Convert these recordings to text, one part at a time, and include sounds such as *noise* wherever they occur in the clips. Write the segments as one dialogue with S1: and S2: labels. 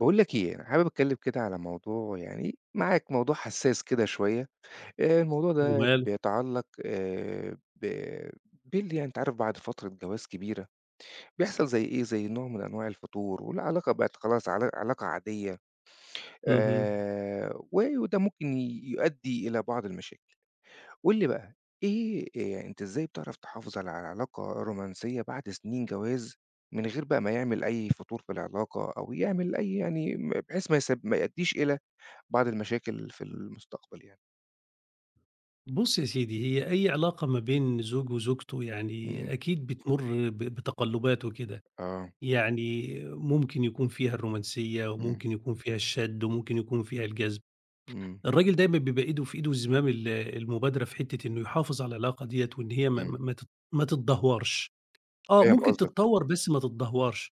S1: باقول لك إيه، أنا حابب أتكلّم كده على موضوع يعني معاك موضوع حساس كده شوية. الموضوع ده
S2: وماله؟
S1: بيتعلّق ب بال يعني أنت عارف بعد فترة جواز كبيرة، بيحصل زي إيه، زي نوع من أنواع الفتور، والعلاقة بقت خلاص علاقة عادية.
S2: اهم.
S1: و وده ممكن يؤدّي إلى بعض المشاكل. قُل لي بقى إيه. أنت إزاي بتعرف تحافظ على علاقة رومانسية بعد سنين جواز، من غير بقى ما يعمل أي فتور في العلاقة، أو يعمل أي يعني بحيث ما يؤدّيش إلى بعض المشاكل في المستقبل يعني.
S2: بُص يا سيدي، هي أي علاقة ما بين زوج وزوجته
S1: إمم،
S2: يعني أكيد بتمُر ب بتقلُّبات وكده،
S1: آه،
S2: يعني ممكن يكون فيها الرومانسية
S1: إمم،
S2: وممكن يكون فيها الشَد وممكن يكون فيها الجذب.
S1: إمم،
S2: الراجل دايمًا بيبقى إيده في إيده زمام المبادرة في حتّة إنه يحافظ على العلاقة ديّة وإن هي
S1: إمم،
S2: ما تتدهورش. آه،
S1: فاهم
S2: ممكن
S1: قصدك،
S2: تتطوّر بس ما تتدهورش.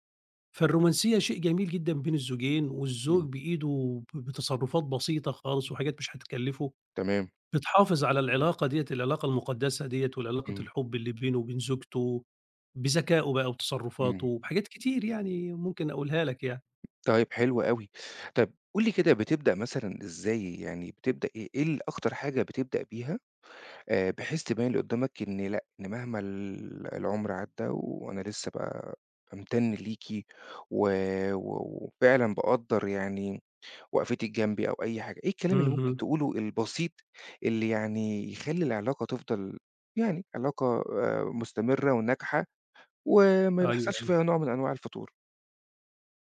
S2: فالرومانسية شيء جميل جدًا بين الزوجين والزوج
S1: إمم،
S2: بإيده ب بتصرُّفات بسيطة خالص وحاجات مش هتكلِّفه،
S1: تمام،
S2: بتحافظ على العلاقة ديّة، العلاقة المقدسة ديّة والعلاقة
S1: إمم،
S2: الحب اللي بينه وبين زوجته، بذكائه بقى
S1: إمم،
S2: وتصرفاته، بحاجات كتير يعني ممكن أقولها لك يعني.
S1: طيب حلو أوي. طب قُل لي كده بتبدأ مثلًا إزاي، يعني بتبدأ إيه إيه أكتر حاجة بتبدأ بيها، بحيث تبين اللي قدّامك إن لأ، إن مهما العمر عدّى وأنا لسه بامتن ليكِ و و وفعلًا باقدّر يعني وقفتِك جنبي أو أي حاجة. إيه الكلام اللي ممكن
S2: اهم،
S1: تقوله البسيط اللي يعني يخلّي العلاقة تفضل يعني علاقة مستمرة وناجحة وما
S2: أيوه،
S1: يحصلش
S2: أيوه،
S1: فيها نوع من أنواع الفتور؟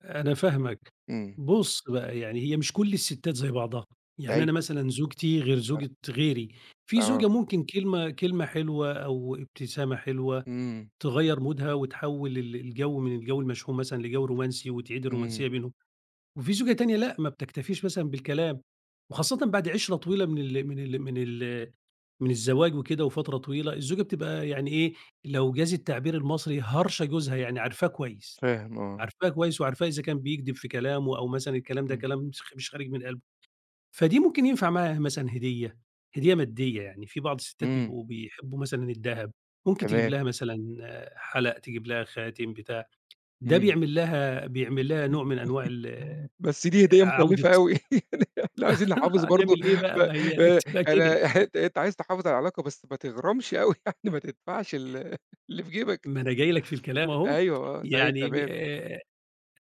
S2: أنا فاهمك.
S1: إمم،
S2: بُص بقى، يعني هي مش كل الستات زي بعضها، يعني
S1: أيوه
S2: أنا مثلًا زوجتي غير زوجة غيري، في
S1: آه،
S2: زوجة ممكن كلمة حلوة أو ابتسامة حلوة
S1: إمم،
S2: تغيّر مودها وتحوّل الجو من الجو المشحون مثلًا لجو رومانسي وتعيد
S1: إمم،
S2: الرومانسية بينهم. وفي زوجة تانية لأ، ما بتكتفيش مثلًا بالكلام، وخاصةً بعد عِشرة طويلة من الزواج وكده وفترة طويلة، الزوجة بتبقى يعني إيه، لو جاز التعبير المصري هارشة جوزها، يعني عارفاه كويس،
S1: فاهم آه،
S2: عارفاه كويس وعارفاه إذا كان بيكدب في كلامه أو مثلًا الكلام ده
S1: إمم،
S2: كلام مش خارج من قلبه. فدي ممكن ينفع معاها مثلًا هدية، هدية مادية يعني، في بعض الستات
S1: إمم،
S2: بيبقوا بيحبوا مثلًا الدهب، ممكن تجيب
S1: تمام،
S2: لها مثلًا حلق، تجيب لها خاتم، بتاع، ده
S1: إمم،
S2: بيعمل لها نوع من أنواع
S1: بس دي هدية
S2: عودة.
S1: مكلفة أوي. إحنا *laughs* عايزين
S2: *laughs*
S1: نحافظ برضه.
S2: هنعمل إيه
S1: ب
S2: بقى، ما هي
S1: آآ
S2: بتبقى
S1: أنا
S2: كده،
S1: *laughs* أنت عايز تحافظ على العلاقة بس ما تغرمش أوي، *laughs* يعني ما تدفعش اللي في جيبك.
S2: ما أنا جاي لك في الكلام أهو،
S1: أيوه آه، طيب
S2: يعني م
S1: تمام،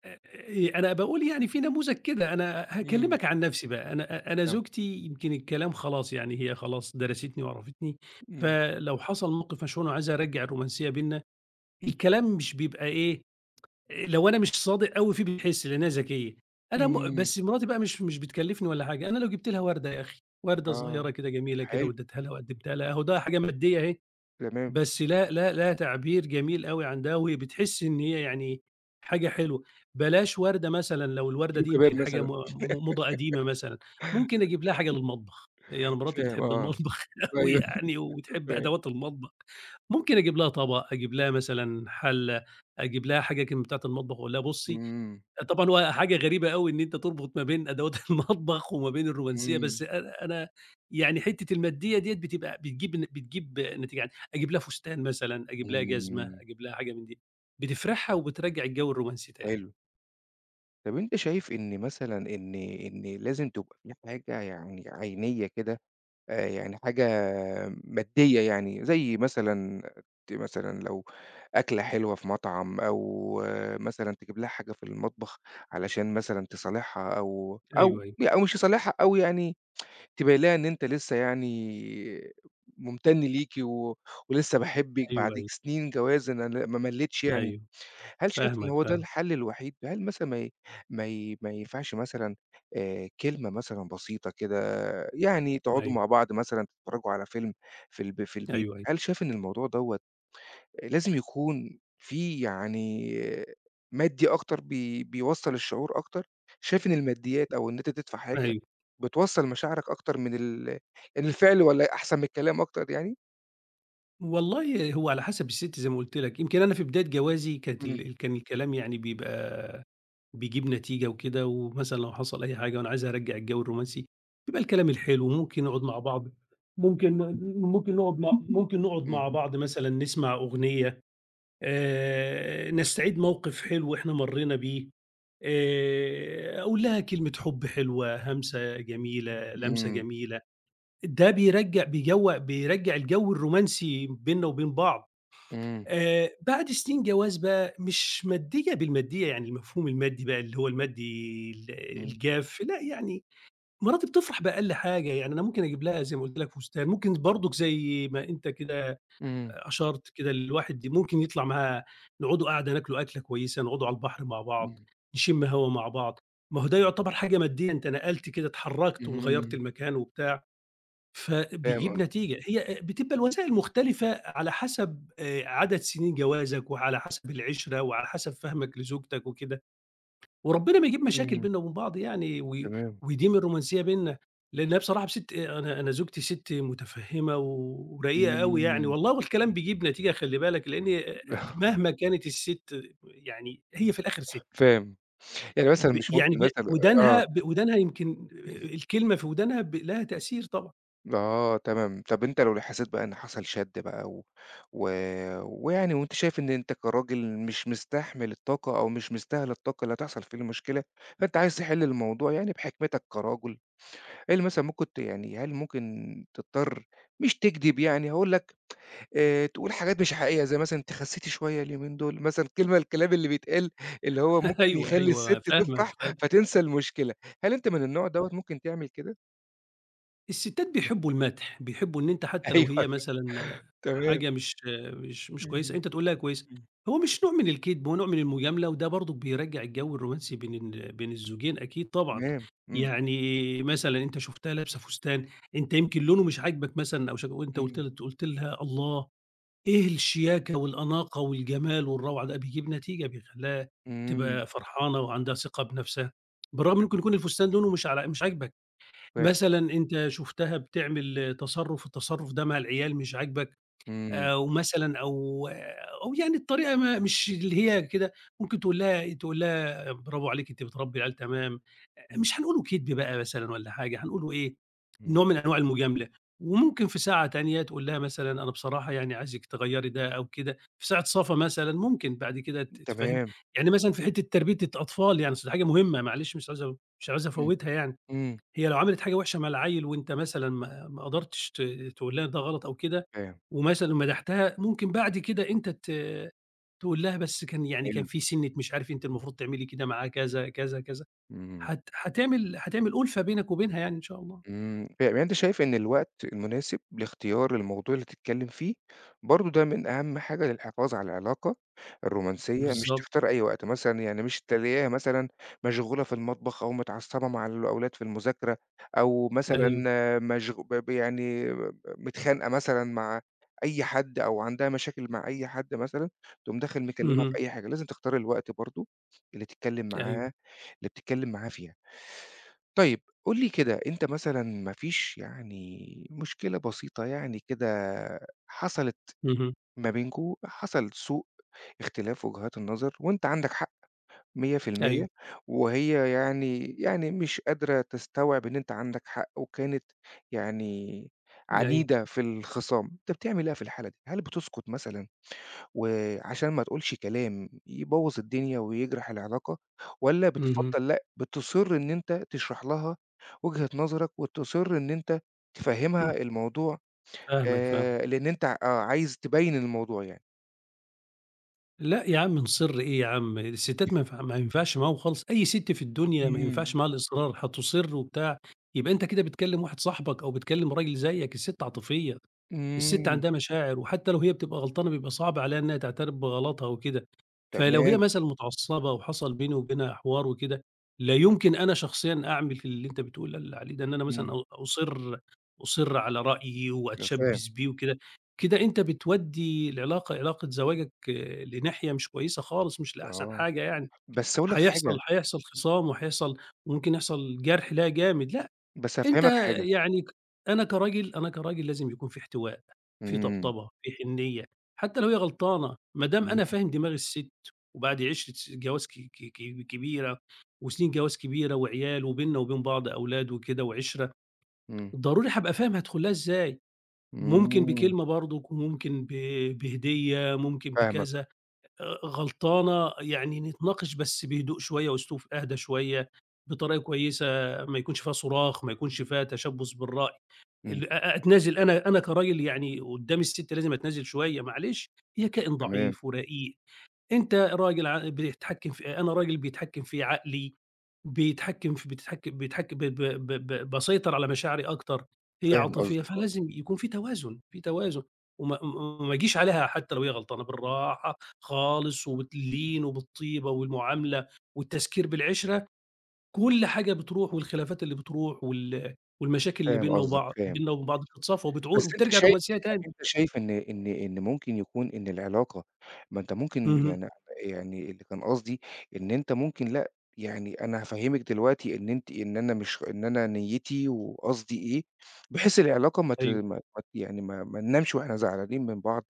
S2: آآ، أنا باقول يعني في نموذج كده، أنا
S1: إمم.
S2: هاكلمك عن نفسي بقى، أنا
S1: تمام.
S2: زوجتي يمكن الكلام خلاص يعني هي خلاص درستني وعرفتني،
S1: إمم.
S2: فلو حصل موقف مشهور أنا عايزها أرجّع الرومانسية بيننا، الكلام مش بيبقى إيه، لو أنا مش صادق أوي فيه بتحس لأنها ذكية، أنا م
S1: إمم.
S2: بس مراتي بقى مش بتكلفني ولا حاجة، أنا لو جبت لها وردة يا أخي، وردة
S1: آه،
S2: صغيرة كده جميلة كده
S1: حلو،
S2: واديتها لها وقدمتها لها، أهو ده حاجة مادية أهي.
S1: تمام.
S2: بس لا لا لا تعبير جميل أوي عن ده، وبتحسّي إن هي يعني حاجة حلوة. بلاش وردة مثلًا لو الوردة
S1: كيلو
S2: دي
S1: كباب
S2: يمكن حاجة
S1: مثلًا.
S2: م م موضة قديمة مثلًا، ممكن أجيب لها حاجة للمطبخ، هي أنا مراتي
S1: فاهم
S2: بتحب
S1: آه.
S2: المطبخ *laughs* أوي
S1: أيوه
S2: يعني
S1: *laughs*
S2: وبتحب
S1: فاهم.
S2: أدوات المطبخ، ممكن أجيب لها طبق، أجيب لها مثلًا حلّة، أجيب لها حاجة كده من بتاعة المطبخ وأقول لها بُصّي.
S1: إمم.
S2: طبعًا هو حاجة غريبة أوي إن أنت تربط ما بين أدوات *laughs* المطبخ وما بين الرومانسية،
S1: إمم.
S2: بس أنا يعني حتّة المادية ديّة بتبقى بتجيب نتيجة يعني أجيب لها فستان مثلًا، أجيب لها جزمة،
S1: إمم.
S2: أجيب لها حاجة من دي، بتفرحها وبترجّع الجو الرومانسي تاني.
S1: حلو. طب أنت شايف إن مثلًا إن لازم تبقى في حاجة يعني عينية كده، يعني حاجة مادية يعني، زي مثلًا مثلًا لو أكلة حلوة في مطعم أو مثلًا تجيب لها حاجة في المطبخ علشان مثلًا تصالحها أو أو
S2: أيوه، أيوه،
S1: أو مش يصالحها أو يعني تبقى قايل لها إن أنت لسه يعني ممتن ليكِ ولسه باحبِّك بعد
S2: أيوه، أيوه،
S1: سنين جواز. أنا ما ملّيتش يعني.
S2: أيوه،
S1: هل شايف إن
S2: فاهمك،
S1: هو ده
S2: فاهمك،
S1: الحل الوحيد؟ هل مثلًا ما ينفعش مثلًا كلمة مثلًا بسيطة كده، يعني تقعدوا
S2: أيوه،
S1: مع بعض مثلًا تتفرّجوا على فيلم في البيت.
S2: أيوه، أيوه،
S1: هل شايف إن الموضوع دوّة لازم يكون في يعني مادي أكتر بيوصّل الشعور أكتر؟ شايف إن الماديات أو إن أنت تدفع حاجة
S2: أيوه.
S1: بتوصّل مشاعرك أكتر من إن الفعل والّا أحسن من الكلام أكتر يعني؟
S2: والله هو على حسب الست زي ما قُلت لك، يمكن أنا في بداية جوازي
S1: إمم،
S2: كان الكلام يعني بيبقى بيجيب نتيجة وكده، ومثلًا لو حصل أي حاجة وأنا عايز أرجّع الجو الرومانسي، يبقى الكلام الحلو، ممكن ممكن نقعد
S1: إمم،
S2: مع بعض مثلًا نسمع أغنية، نستعيد موقف حلو إحنا مرّينا بيه، أقول لها كلمة حُب حلوة، همسة جميلة، لمسة
S1: إمم،
S2: جميلة، ده بيرجّع الجو الرومانسي بيننا وبين بعض.
S1: إمم،
S2: بعد سنين جواز بقى مش مادية بالمادية، يعني المفهوم المادي بقى اللي هو المادي
S1: إمم،
S2: الجاف، لأ يعني مراتي بتفرح بأقل حاجة، يعني أنا ممكن أجيب لها زي ما قُلت لك فستان، ممكن برضك زي ما أنت كده
S1: إمم،
S2: أشرت كده الواحد دي ممكن يطلع معاها نقعدوا قعدة ناكلوا أكلة كويسة، نقعدوا على البحر مع بعض،
S1: إمم،
S2: نشم هوا مع بعض، ما هو ده يعتبر حاجة مادية، أنت نقلت كده اتحركت وغيّرت
S1: إمم،
S2: المكان وبتاع.
S1: فاهم
S2: فبيجيب
S1: قصدك،
S2: نتيجة، هي بتبقى الوسائل مختلفة على حسب عدد سنين جوازك وعلى حسب العِشرة وعلى حسب فهمك لزوجتك وكده، وربنا ما يجيب مشاكل
S1: إمم،
S2: بيننا وبين بعض يعني
S1: تمام،
S2: ويديم الرومانسية بيننا، لإن هي بصراحة بسِت آه، أنا زوجتي سِت متفهِّمة ورقيقة أوي يعني،
S1: إمم،
S2: والله والكلام بيجيب نتيجة خلّي بالك، لإن
S1: *laughs*
S2: مهما كانت السِت يعني هي في الآخر سِت،
S1: فاهم، يعني مثلًا مش
S2: يعني
S1: ممكن مثلًا آه.
S2: ودانها ودانها يمكن الكلمة في ودانها لها تأثير طبعًا.
S1: آه تمام. طب أنت لو حسيت بقى إن حصل شَد بقى و و ويعني وأنت شايف إن أنت كراجل مش مستحمل الطاقة أو مش مستاهل الطاقة اللي هتحصل فيه المشكلة، فأنت عايز تحل الموضوع يعني بحكمتك كراجل. إيه اللي مثلًا ممكن يعني هل ممكن تضطر مش تكدب يعني، هاقول لك، تقول حاجات مش حقيقية زي مثلًا تخسّتي شوية اليومين دول، مثلًا الكلام اللي بيتقال اللي هو
S2: *laughs*
S1: ممكن
S2: أيوه،
S1: يخلّي السِت
S2: أيوه، فاهمك،
S1: تفرح
S2: فاهمك.
S1: فتنسى المشكلة. هل أنت من النوع دوّة ممكن تعمل كده؟
S2: الستات بيحبّوا المدح، بيحبّوا إن أنت
S1: *laughs*
S2: حتى لو
S1: أيوه.
S2: هي مثلًا
S1: تمام،
S2: حاجة مش كويسة،
S1: إمم.
S2: أنت تقول لها كويسة. هو مش نوع من الكدب، هو نوع من المجاملة، وده برضه بيرجّع الجو الرومانسي بين الزوجين أكيد طبعًا.
S1: تمام، إمم،
S2: يعني مثلًا أنت شُفتها لابسة فستان، أنت يمكن لونه مش عاجبك مثلًا أو شك وأنت
S1: إمم،
S2: قُلت لها: "الله! إيه الشياكة والأناقة والجمال والروعة ده؟" بيجيب نتيجة، بيخلّيها
S1: إمم،
S2: تبقى فرحانة وعندها ثقة بنَفْسها، بالرغم إن ممكن يكون الفستان لونه مش عاجبك.
S1: فاهم،
S2: مثلًا أنت شُفتها بتعمل تصرُّف، التصرُّف ده مع العيال مش عاجبك،
S1: إمم،
S2: أو مثلًا أو أو يعني الطريقة ما مش اللي هي كده، ممكن تقول لها برافو عليكِ أنتِ بتربّي العيال تمام،
S1: إمم،
S2: مش هنقوله كدب بقى مثلًا والّا حاجة، هنقوله إيه،
S1: إمم،
S2: نوع من أنواع المجاملة، وممكن في ساعة تانية تقول لها مثلًا أنا بصراحة يعني عايزِك تغيّري ده أو كده، في ساعة صفا مثلًا ممكن بعد كده تفهّمي،
S1: تمام،
S2: يعني مثلًا في حتّة تربية الأطفال يعني أصل دي حاجة مهمة معلش مش عايز
S1: إمم،
S2: أفوّتها يعني.
S1: إمم،
S2: هي لو عملت حاجة وِحشة مع العيّل وأنت مثلًا ما قدرتش تقول لها ده غلط أو كده،
S1: فاهم،
S2: ومثلًا مدحتها، ممكن بعد كده أنت تقول لها بس كان يعني كان
S1: حلو،
S2: في سِنّة مش عارف أنتِ المفروض تعملي كده معاه كذا، كذا، كذا،
S1: إمم.
S2: هت هتعمل هتعمل أُلفة بينك وبينها يعني إن شاء الله.
S1: إمم، ف يعني أنت شايف إن الوقت المناسب لاختيار الموضوع اللي تتكلّم فيه، برضه ده من أهم حاجة للحفاظ على العلاقة الرومانسية. مش
S2: بالضبط،
S1: تختار أي وقت، مثلًا يعني مش تلاقيها مثلًا مشغولة في المطبخ أو متعصبة مع الأولاد في المذاكرة، أو مثلًا
S2: أيوه،
S1: مشغو ب ب يعني متخانقة مثلًا مع أي حد أو عندها مشاكل مع أي حد مثلًا، تقوم داخل مكلّمها في
S2: اهم،
S1: أي حاجة. لازم تختار الوقت برضه اللي تتكلّم
S2: أيوه،
S1: معاه اللي بتتكلّم معاه فيها. طيب قُل لي كده، أنت مثلًا ما فيش يعني مشكلة بسيطة يعني كده حصلت
S2: اهم،
S1: ما بينكم، حصل سوء اختلاف وجهات النظر وأنت عندك حق 100%،
S2: أيوه،
S1: وهي يعني مش قادرة تستوعب إن أنت عندك حق وكانت يعني
S2: أيوه،
S1: عنيدة في الخِصام. أنت بتعمل إيه في الحالة دي؟ هل بتسكت مثلًا؟ وعشان ما تقولش كلام يبوّظ الدنيا ويجرح العلاقة، والّا
S2: اهم،
S1: بتفضّل لأ، بتصِر إن أنت تشرح لها وجهة نظرك وتصِر إن أنت تفهّمها الموضوع،
S2: فاهمك، فاهمك.
S1: لإن أنت آه، عايز تبيّن الموضوع يعني؟
S2: لأ يا عم نصِر إيه يا عم، الستات ما ينفعش معاهم خالص، أي سِت في الدنيا ما
S1: إمم.
S2: ينفعش معاها الإصرار، هتُصِر وبتاع، يبقى أنت كده بتكلّم واحد صاحبك أو بتكلّم راجل زيّك، السِت عاطفية، السِت
S1: إمم،
S2: عندها مشاعر وحتى لو هي بتبقى غلطانة بيبقى صعب عليها إنها تعترف بغلطها وكده، فلو
S1: تمام،
S2: هي مثلًا متعصّبة وحصل بيني وبينها حوار وكده، لا يمكن أنا شخصيًا أعمل اللي أنت بتقول عليه ده، إن أنا مثلًا
S1: إمم،
S2: أ أُصِر أُصِر على رأيي
S1: أنا فاهم،
S2: وأتشبّث بيه وكده. كده أنت بتودّي علاقة زواجك لناحية مش كويسة خالص، مش لأحسن
S1: آه،
S2: حاجة يعني،
S1: بس أقول لك
S2: هيحصل
S1: حاجة،
S2: هيحصل خِصام وممكن يحصل جرح لها جامد، لأ،
S1: بس
S2: أنت
S1: هافهّمك حاجة،
S2: يعني ك أنا كراجل لازم يكون في احتواء، في
S1: إمم،
S2: طبطبة، في حنيّة، حتى لو هي غلطانة، ما دام
S1: إمم،
S2: أنا فاهم دماغ السِت وبعد عِشرة جواز ك ك ك كبيرة وسنين جواز كبيرة وعيال وبيننا وبين بعض أولاد وكده وعِشرة،
S1: إمم،
S2: ضروري هابقى فاهم هادخل لها إزاي. ممكن
S1: إمم،
S2: بكلمة برضُك وممكن بهدية، ممكن
S1: فاهمك،
S2: بكذا، غلطانة يعني نتناقش بس بهدوء شوية وأسلوب أهدى شوية، بطريقة كويسة ما يكونش فيها صراخ، ما يكونش فيها تشبُّث بالرأي،
S1: إمم،
S2: ال أ أتنازل أنا أنا كراجل يعني قدّام السِت لازم أتنازل شوية معلش، هي كائن
S1: تمام،
S2: ضعيف ورقيق، أنت راجل ع بتتحكّم في أنا راجل بيتحكّم في عقلي، بيتحكم في بتتحكم بيتحكم ب ب ب ب باسيطر على مشاعري أكتر، هي
S1: فاهم
S2: عاطفية
S1: قصدك آه،
S2: فلازم يكون في توازن، في توازن وما اجيش عليها حتى لو هي غلطانة، بالراحة خالص وباللين وبالطيبة والمعاملة والتذكير بالعِشرة، كل حاجة بتروح والخلافات اللي بتروح والمشاكل اللي
S1: فاهم قصدك، فاهم.
S2: بيننا وبين بعض بتتصفى وبتعود
S1: بس أنت
S2: وبترجع
S1: شايف،
S2: رومانسية تاني.
S1: أنت شايف إن ممكن يكون إن العلاقة، ما أنت ممكن
S2: اهم،
S1: يعني يعني اللي كان قصدي إن أنت ممكن لأ، يعني أنا هافهّمِك دلوقتي إن أنتِ، إن أنا مش، إن أنا نيّتي وقصدي إيه، بحيث العلاقة ما ت
S2: أيوه،
S1: ما ما ت يعني ما ننامش وإحنا زعلانين من بعض،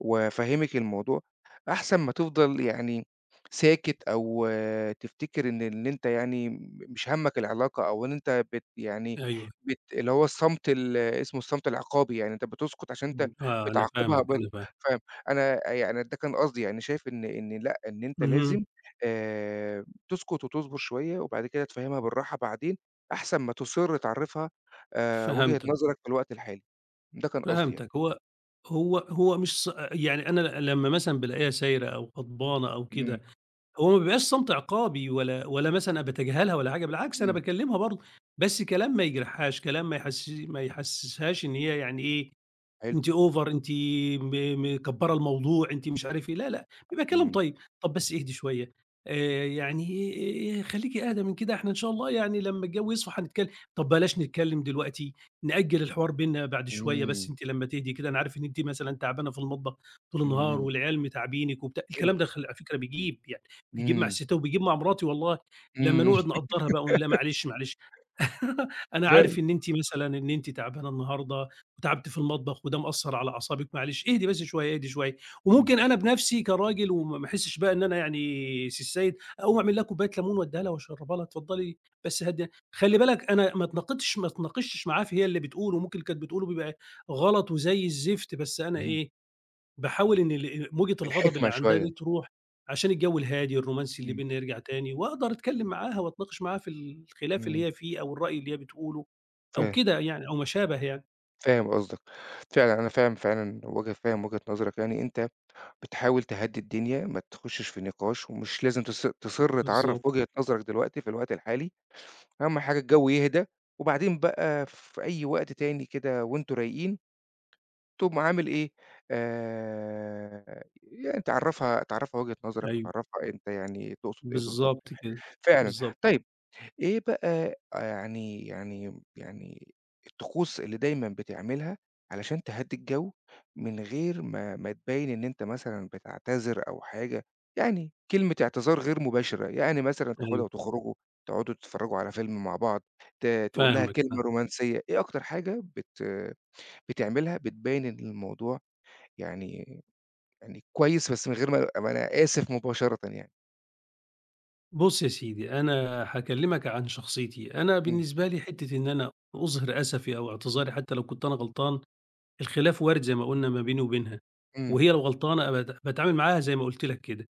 S1: وأفهّمِك الموضوع، أحسن ما تفضل يعني ساكت أو آه، تفتكر إن أنت يعني مش هَمّك العلاقة أو إن أنت يعني
S2: أيوه،
S1: بت اللي هو الصمت اسمه الصمت العقابي. يعني أنت بتسكت عشان أنت
S2: إمم، آه، أنا
S1: بتعاقبها
S2: فاهمك،
S1: ب،
S2: أنا فاهم،
S1: فاهم. أنا يعني ده كان قصدي، يعني شايف إن إن لأ، إن أنت لازم
S2: اهم،
S1: تسكت وتصبر شوية وبعد كده تفهمها بالراحة بعدين، أحسن ما تُصِر تعرّفها وجهة
S2: فهمتك.
S1: نظرك في الوقت الحالي. ده كان قصدي يعني.
S2: فهمتك. هو هو هو مش ص يعني أنا لمّا مثلًا بالاقيها سايرة أو غضبانة أو
S1: إمم،
S2: كده، هو ما بيبقاش صمت عقابي ولا مثلًا باتجاهلها ولا حاجة، بالعكس أنا
S1: إمم،
S2: باكلمها برضه، بس كلام ما يجرحهاش، كلام ما يحسسهاش إن هي يعني إيه،
S1: حلو،
S2: أنتِ over أنتِ مكبّرة الموضوع، أنتِ مش عارف إيه، لا، لأ، بيبقى كلام
S1: إمم،
S2: طيب. طب بس اهدي شوية، يعني إيه، خليكِ أهدى من كده، إحنا إن شاء الله يعني لمّا الجو يصفى هنتكلم. طب بلاش نتكلم دلوقتي، نأجّل الحوار بيننا بعد شوية بس
S1: إمم،
S2: أنتِ لمّا تهدي كده، أنا عارف إن أنتِ مثلًا تعبانة في المطبخ طول النهار
S1: إمم،
S2: والعيال متاعبينِك وبتاع،
S1: حلو،
S2: الكلام ده خل على فكرة بيجيب يعني، بيجيب مع
S1: إمم،
S2: الستات وبيجيب مع مراتي والله، لمّا
S1: إمم،
S2: نقعد نقدّرها بقى ونقول لها معلش، معلش. *laughs*
S1: *laughs*
S2: أنا
S1: فاهم،
S2: عارف إن أنتِ تعبانة النهارده وتعبتِ في المطبخ وده مأثّر على أعصابِك، معلش اهدي بس شوية، اهدي شوية،
S1: إمم،
S2: وممكن أنا بنفسي كراجل وما ما أحسّش بقى إن أنا يعني السيد، أقوم أعمل لها كوباية ليمون وأدّيها لها وأشرّبها لها، اتفضّلي بس هادية خلّي بالك أنا ما اتناقشتش معاها في هي اللي بتقول وممكن اللي كانت بتقوله بيبقى غلط وزي الزفت، بس أنا
S1: اهم،
S2: إيه، باحاول إن موجة الغضب اللي
S1: الحكمة
S2: عندها دي
S1: شوية،
S2: تروح، عشان الجو الهادي الرومانسي اللي
S1: إمم،
S2: بيننا يرجع تاني، وأقدر أتكلم معاها وأتناقش معاها في الخلاف
S1: إمم،
S2: اللي هي فيه أو الرأي اللي هي بتقوله أو
S1: فاهم.
S2: كده يعني أو ما شابه يعني.
S1: فاهم قصدك. فعلًا، أنا فاهم فعلًا فاهم وجهة نظرك. يعني أنت بتحاول تهدّي الدنيا، ما تخشّش في نقاش ومش لازم تصِر تعرّف
S2: بالضبط،
S1: وجهة نظرك دلوقتي في الوقت الحالي، أهم حاجة الجو يهدى، وبعدين بقى في أي وقت تاني كده وأنتم رايقين تقوم عامل إيه، يعني تعرّفها وجهة نظرك
S2: أيوه،
S1: وتعرّفها أنت يعني تقصد إيه بالضبط.
S2: بالضبط كده،
S1: فعلًا.
S2: بالضبط،
S1: طيب إيه بقى آه، يعني الطقوس اللي دايمًا بتعملها علشان تهدّي الجو، من غير ما تبيّن إن أنت مثلًا بتعتذر أو حاجة، يعني كلمة اعتذار غير مباشرة، يعني مثلًا تاخدها
S2: أيوه،
S1: وتخرجوا، تقعدوا تتفرّجوا على فيلم مع بعض، ت تقول لها
S2: فاهمك،
S1: كلمة
S2: فاهمك.
S1: رومانسية. إيه أكتر حاجة بتعملها بتبيّن إن الموضوع يعني يعني كويس بس من غير ما أبقى أنا آسف مباشرةً يعني؟
S2: بُص يا سيدي، أنا هاكلمك عن شخصيتي، أنا
S1: إمم،
S2: بالنسبة لي حتّة إن أنا أظهر أسفي أو اعتذاري حتّى لو كنت أنا غلطان، الخلاف وارد زي ما قُلنا ما بيني وبينها،
S1: إمم،
S2: وهي لو غلطانة أبقى باتعامل معاها زي ما قُلت لك كده.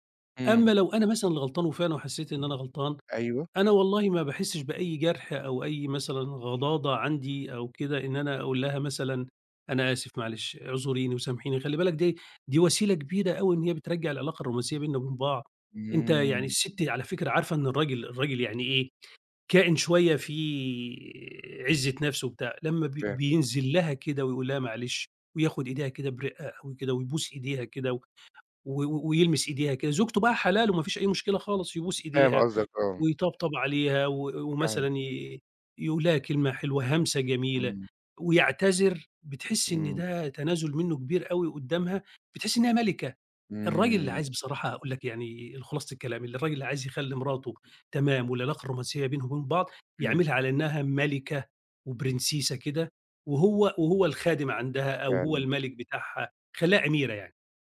S2: أمّا
S1: إمم،
S2: لو أنا مثلًا اللي غلطان وفعلًا وحسّيت إن أنا غلطان،
S1: أيوه،
S2: أنا والله ما باحسّش بأي جرح أو أي مثلًا غضاضة عندي أو كده إن أنا أقول لها مثلًا أنا آسف معلش، اعذريني وسامحيني، خلّي بالك دي وسيلة كبيرة أوي إن هي بترجّع العلاقة الرومانسية بيننا وبين بعض. أنت يعني
S1: إمم،
S2: السِت على فكرة عارفة إن الراجل يعني إيه، كائن شوية فيه عِزّة نَفْس وبتاع، لمّا
S1: فاهم.
S2: بينزل لها كده ويقول لها معلش وياخُد إيديها كده برِقّة أوي كده ويبوس إيديها كده و و و ويلمس إيديها كده، زوجته بقى حلال وما فيش أي مشكلة خالص، يبوس
S1: فاهم
S2: إيديها
S1: قصدك آه،
S2: ويطبطب عليها
S1: فاهم،
S2: ومثلًا يقول لها كلمة حلوة، هَمسة جميلة،
S1: إمم،
S2: ويعتذر، بتحسّي إن
S1: إمم،
S2: ده تنازل منّه كبير أوي قدّامها، بتحسّي إنها مَلِكة. الراجل اللي
S1: إمم،
S2: عايز بصراحة هاقول لك يعني خلاصة الكلام، الراجل اللي عايز يخلّي مراته تمام والعلاقة الرومانسية بينهم وبين بعض،
S1: إمم،
S2: يعملها على إنها مَلِكة وبرنسيسة كده، وهو الخادم عندها أو هو
S1: فعلًا،
S2: المَلِك بتاعها، يخلّيها أميرة يعني.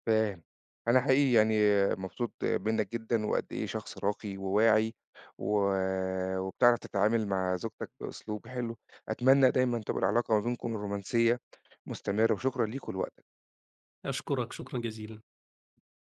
S1: فاهم. أنا حقيقي يعني مبسوط منّك جدًا، وقد إيه شخص راقي وواعي، و وبتعرف تتعامل مع زوجتك بأسلوب حلو. أتمنى دايمًا تبقى العلاقة ما بينكم رومانسية مستمرة، وشكرًا ليك ولوقتك.
S2: أشكرك شكرًا جزيلًا.